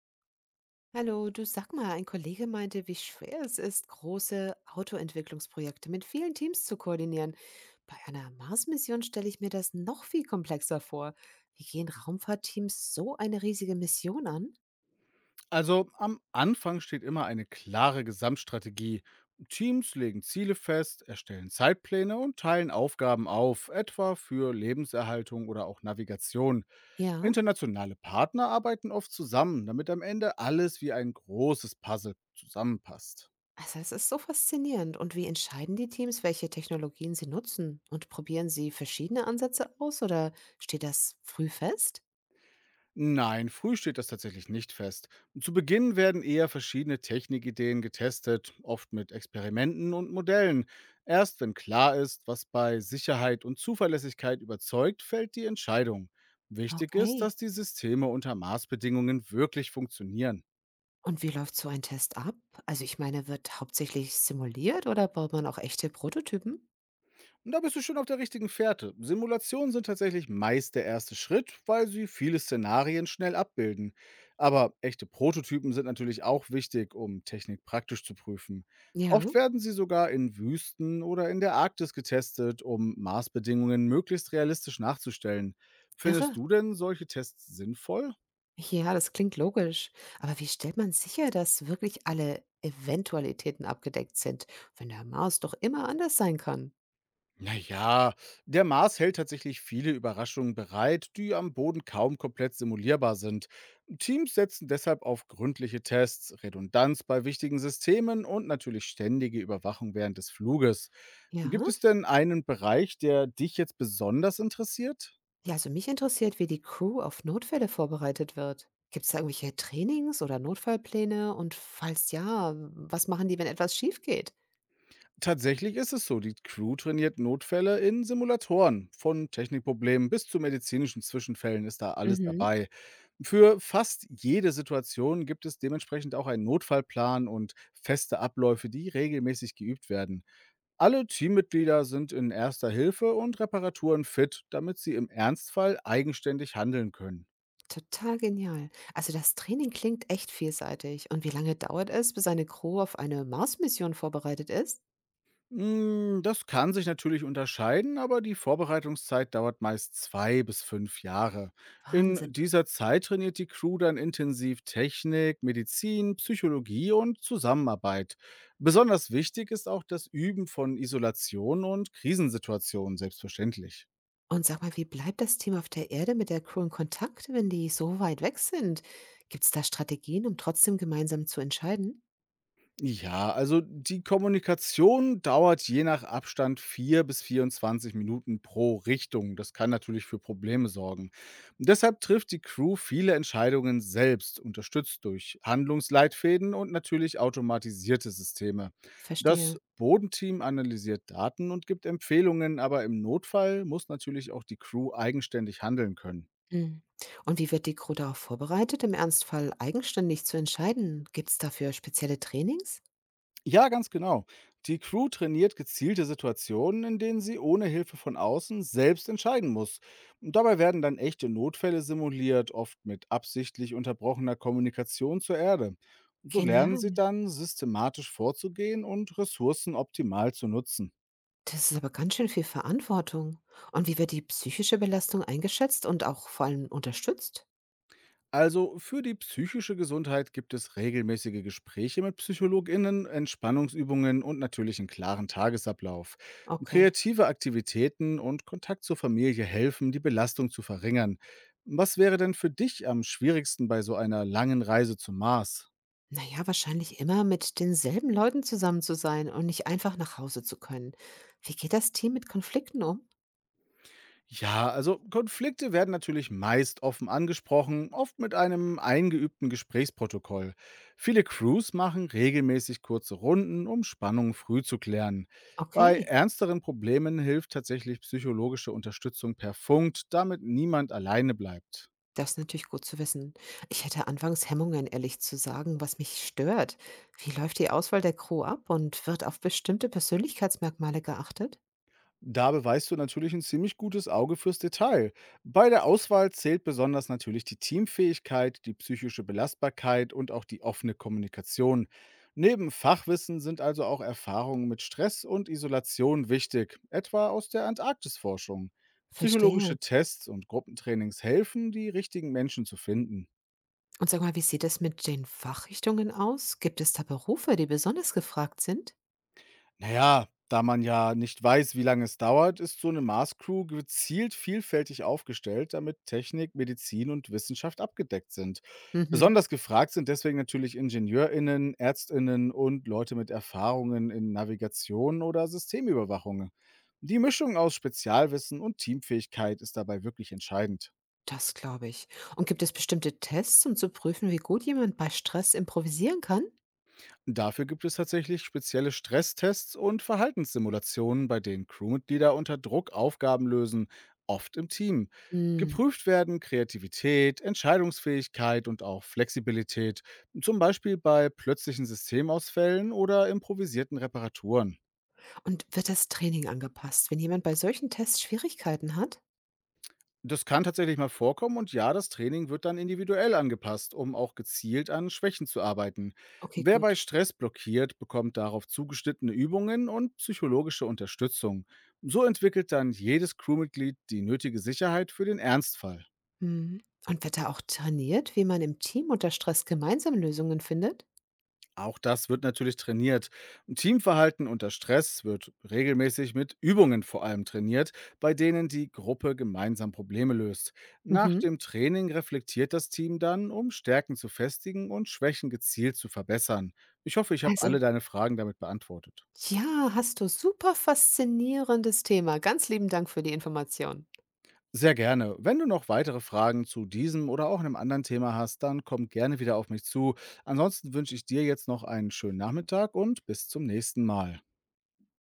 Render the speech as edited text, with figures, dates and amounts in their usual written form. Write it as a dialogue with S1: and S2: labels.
S1: Hallo, du, sag mal, ein Kollege meinte, wie schwer es ist, große Autoentwicklungsprojekte mit vielen Teams zu koordinieren. Bei einer Mars-Mission stelle ich mir das noch viel komplexer vor. Wie gehen Raumfahrtteams so eine riesige Mission an?
S2: Also am Anfang steht immer eine klare Gesamtstrategie. Teams legen Ziele fest, erstellen Zeitpläne und teilen Aufgaben auf, etwa für Lebenserhaltung oder auch Navigation.
S1: Ja,
S2: Internationale Partner arbeiten oft zusammen, damit am Ende alles wie ein großes Puzzle zusammenpasst.
S1: also es ist so faszinierend. Und wie entscheiden die Teams, welche Technologien sie nutzen? Und probieren sie verschiedene Ansätze aus oder steht das früh fest?
S2: Nein, früh steht das tatsächlich nicht fest. Zu Beginn werden eher verschiedene Technikideen getestet, oft mit Experimenten und Modellen. Erst wenn klar ist, was bei Sicherheit und Zuverlässigkeit überzeugt, fällt die Entscheidung. Wichtig ist,
S1: Okay.
S2: dass die Systeme unter Maßbedingungen wirklich funktionieren.
S1: Und wie läuft so ein Test ab? Also ich meine, wird hauptsächlich simuliert oder baut man auch echte Prototypen?
S2: Und da bist du schon auf der richtigen Fährte. Simulationen sind tatsächlich meist der erste Schritt, weil sie viele Szenarien schnell abbilden. Aber echte Prototypen sind natürlich auch wichtig, um Technik praktisch zu prüfen.
S1: Ja,
S2: Oft werden sie sogar in Wüsten oder in der Arktis getestet, um Maßbedingungen möglichst realistisch nachzustellen.
S1: irre.
S2: Findest du denn solche Tests sinnvoll?
S1: Ja, das klingt logisch. Aber wie stellt man sicher, dass wirklich alle Eventualitäten abgedeckt sind, wenn der Mars doch immer anders sein kann?
S2: Naja, der Mars hält tatsächlich viele Überraschungen bereit, die am Boden kaum komplett simulierbar sind. Teams setzen deshalb auf gründliche Tests, Redundanz bei wichtigen Systemen und natürlich ständige Überwachung während des Fluges.
S1: Ja?
S2: Gibt es denn einen Bereich, der dich jetzt besonders interessiert?
S1: Ja, also mich interessiert, wie die Crew auf Notfälle vorbereitet wird. Gibt es da irgendwelche Trainings oder Notfallpläne? Und falls ja, was machen die, wenn etwas schief geht?
S2: Tatsächlich ist es so, die Crew trainiert Notfälle in Simulatoren. Von Technikproblemen bis zu medizinischen Zwischenfällen ist da alles
S1: Mhm.
S2: dabei. Für fast jede Situation gibt es dementsprechend auch einen Notfallplan und feste Abläufe, die regelmäßig geübt werden. Alle Teammitglieder sind in erster Hilfe und Reparaturen fit, damit sie im Ernstfall eigenständig handeln können.
S1: Total genial. Also das Training klingt echt vielseitig. Und wie lange dauert es, bis eine Crew auf eine Mars-Mission vorbereitet ist?
S2: Hm, das kann sich natürlich unterscheiden, aber die Vorbereitungszeit dauert meist 2 bis 5 Jahre. In
S1: Wahnsinn.
S2: dieser Zeit trainiert die Crew dann intensiv Technik, Medizin, Psychologie und Zusammenarbeit. Besonders wichtig ist auch das Üben von Isolation und Krisensituationen, selbstverständlich.
S1: Und sag mal, wie bleibt das Team auf der Erde mit der Crew in Kontakt, wenn die so weit weg sind? Gibt es da Strategien, um trotzdem gemeinsam zu entscheiden?
S2: Ja, also die Kommunikation dauert je nach Abstand 4 bis 24 Minuten pro Richtung. Das kann natürlich für Probleme sorgen. Deshalb trifft die Crew viele Entscheidungen selbst, unterstützt durch Handlungsleitfäden und natürlich automatisierte Systeme.
S1: Verstehe.
S2: Das Bodenteam analysiert Daten und gibt Empfehlungen, aber im Notfall muss natürlich auch die Crew eigenständig handeln können.
S1: Mhm. Und wie wird die Crew darauf vorbereitet, im Ernstfall eigenständig zu entscheiden? Gibt es dafür spezielle Trainings?
S2: Ja, ganz genau. Die Crew trainiert gezielte Situationen, in denen sie ohne Hilfe von außen selbst entscheiden muss. Und dabei werden dann echte Notfälle simuliert, oft mit absichtlich unterbrochener Kommunikation zur Erde. So lernen sie
S1: Genial.
S2: dann, systematisch vorzugehen und Ressourcen optimal zu nutzen.
S1: Das ist aber ganz schön viel Verantwortung. Und wie wird die psychische Belastung eingeschätzt und auch vor allem unterstützt?
S2: Also für die psychische Gesundheit gibt es regelmäßige Gespräche mit PsychologInnen, Entspannungsübungen und natürlich einen klaren Tagesablauf.
S1: Okay.
S2: Kreative Aktivitäten und Kontakt zur Familie helfen, die Belastung zu verringern. Was wäre denn für dich am schwierigsten bei so einer langen Reise zum Mars?
S1: Na ja, wahrscheinlich immer mit denselben Leuten zusammen zu sein und nicht einfach nach Hause zu können. Wie geht das Team mit Konflikten um?
S2: Ja, also Konflikte werden natürlich meist offen angesprochen, oft mit einem eingeübten Gesprächsprotokoll. Viele Crews machen regelmäßig kurze Runden, um Spannungen früh zu klären. Bei
S1: Okay,
S2: ernsteren Problemen hilft tatsächlich psychologische Unterstützung per Funk, damit niemand alleine bleibt.
S1: das ist natürlich gut zu wissen. Ich hätte anfangs Hemmungen, ehrlich zu sagen, was mich stört. Wie läuft die Auswahl der Crew ab und wird auf bestimmte Persönlichkeitsmerkmale geachtet?
S2: Da beweist du natürlich ein ziemlich gutes Auge fürs Detail. Bei der Auswahl zählt besonders natürlich die Teamfähigkeit, die psychische Belastbarkeit und auch die offene Kommunikation. Neben Fachwissen sind also auch Erfahrungen mit Stress und Isolation wichtig, etwa aus der Antarktisforschung.
S1: Verstehe.
S2: Psychologische Tests und Gruppentrainings helfen, die richtigen Menschen zu finden.
S1: Und sag mal, wie sieht es mit den Fachrichtungen aus? Gibt es da Berufe, die besonders gefragt sind?
S2: Naja, da man ja nicht weiß, wie lange es dauert, ist so eine Mars-Crew gezielt vielfältig aufgestellt, damit Technik, Medizin und Wissenschaft abgedeckt sind.
S1: Mhm,
S2: Besonders gefragt sind deswegen natürlich IngenieurInnen, ÄrztInnen und Leute mit Erfahrungen in Navigation oder Systemüberwachung. Die Mischung aus Spezialwissen und Teamfähigkeit ist dabei wirklich entscheidend.
S1: das glaube ich. Und gibt es bestimmte Tests, um zu prüfen, wie gut jemand bei Stress improvisieren kann?
S2: Dafür gibt es tatsächlich spezielle Stresstests und Verhaltenssimulationen, bei denen Crewmitglieder unter Druck Aufgaben lösen, oft im Team.
S1: Mhm.
S2: Geprüft werden Kreativität, Entscheidungsfähigkeit und auch Flexibilität, zum Beispiel bei plötzlichen Systemausfällen oder improvisierten Reparaturen.
S1: Und wird das Training angepasst, wenn jemand bei solchen Tests Schwierigkeiten hat?
S2: Das kann tatsächlich mal vorkommen und ja, das Training wird dann individuell angepasst, um auch gezielt an Schwächen zu arbeiten.
S1: Okay,
S2: Wer bei
S1: gut.
S2: Stress blockiert, bekommt darauf zugeschnittene Übungen und psychologische Unterstützung. So entwickelt dann jedes Crewmitglied die nötige Sicherheit für den Ernstfall.
S1: Mhm. Und wird da auch trainiert, wie man im Team unter Stress gemeinsam Lösungen findet?
S2: Auch das wird natürlich trainiert. Teamverhalten unter Stress wird regelmäßig mit Übungen vor allem trainiert, bei denen die Gruppe gemeinsam Probleme löst. Nach
S1: Mhm.
S2: dem Training reflektiert das Team dann, um Stärken zu festigen und Schwächen gezielt zu verbessern. Ich hoffe, ich habe
S1: Also,
S2: alle deine Fragen damit beantwortet.
S1: ja, hast du super faszinierendes Thema. Ganz lieben Dank für die Information.
S2: Sehr gerne. Wenn du noch weitere Fragen zu diesem oder auch einem anderen Thema hast, dann komm gerne wieder auf mich zu. Ansonsten wünsche ich dir jetzt noch einen schönen Nachmittag und bis zum nächsten Mal.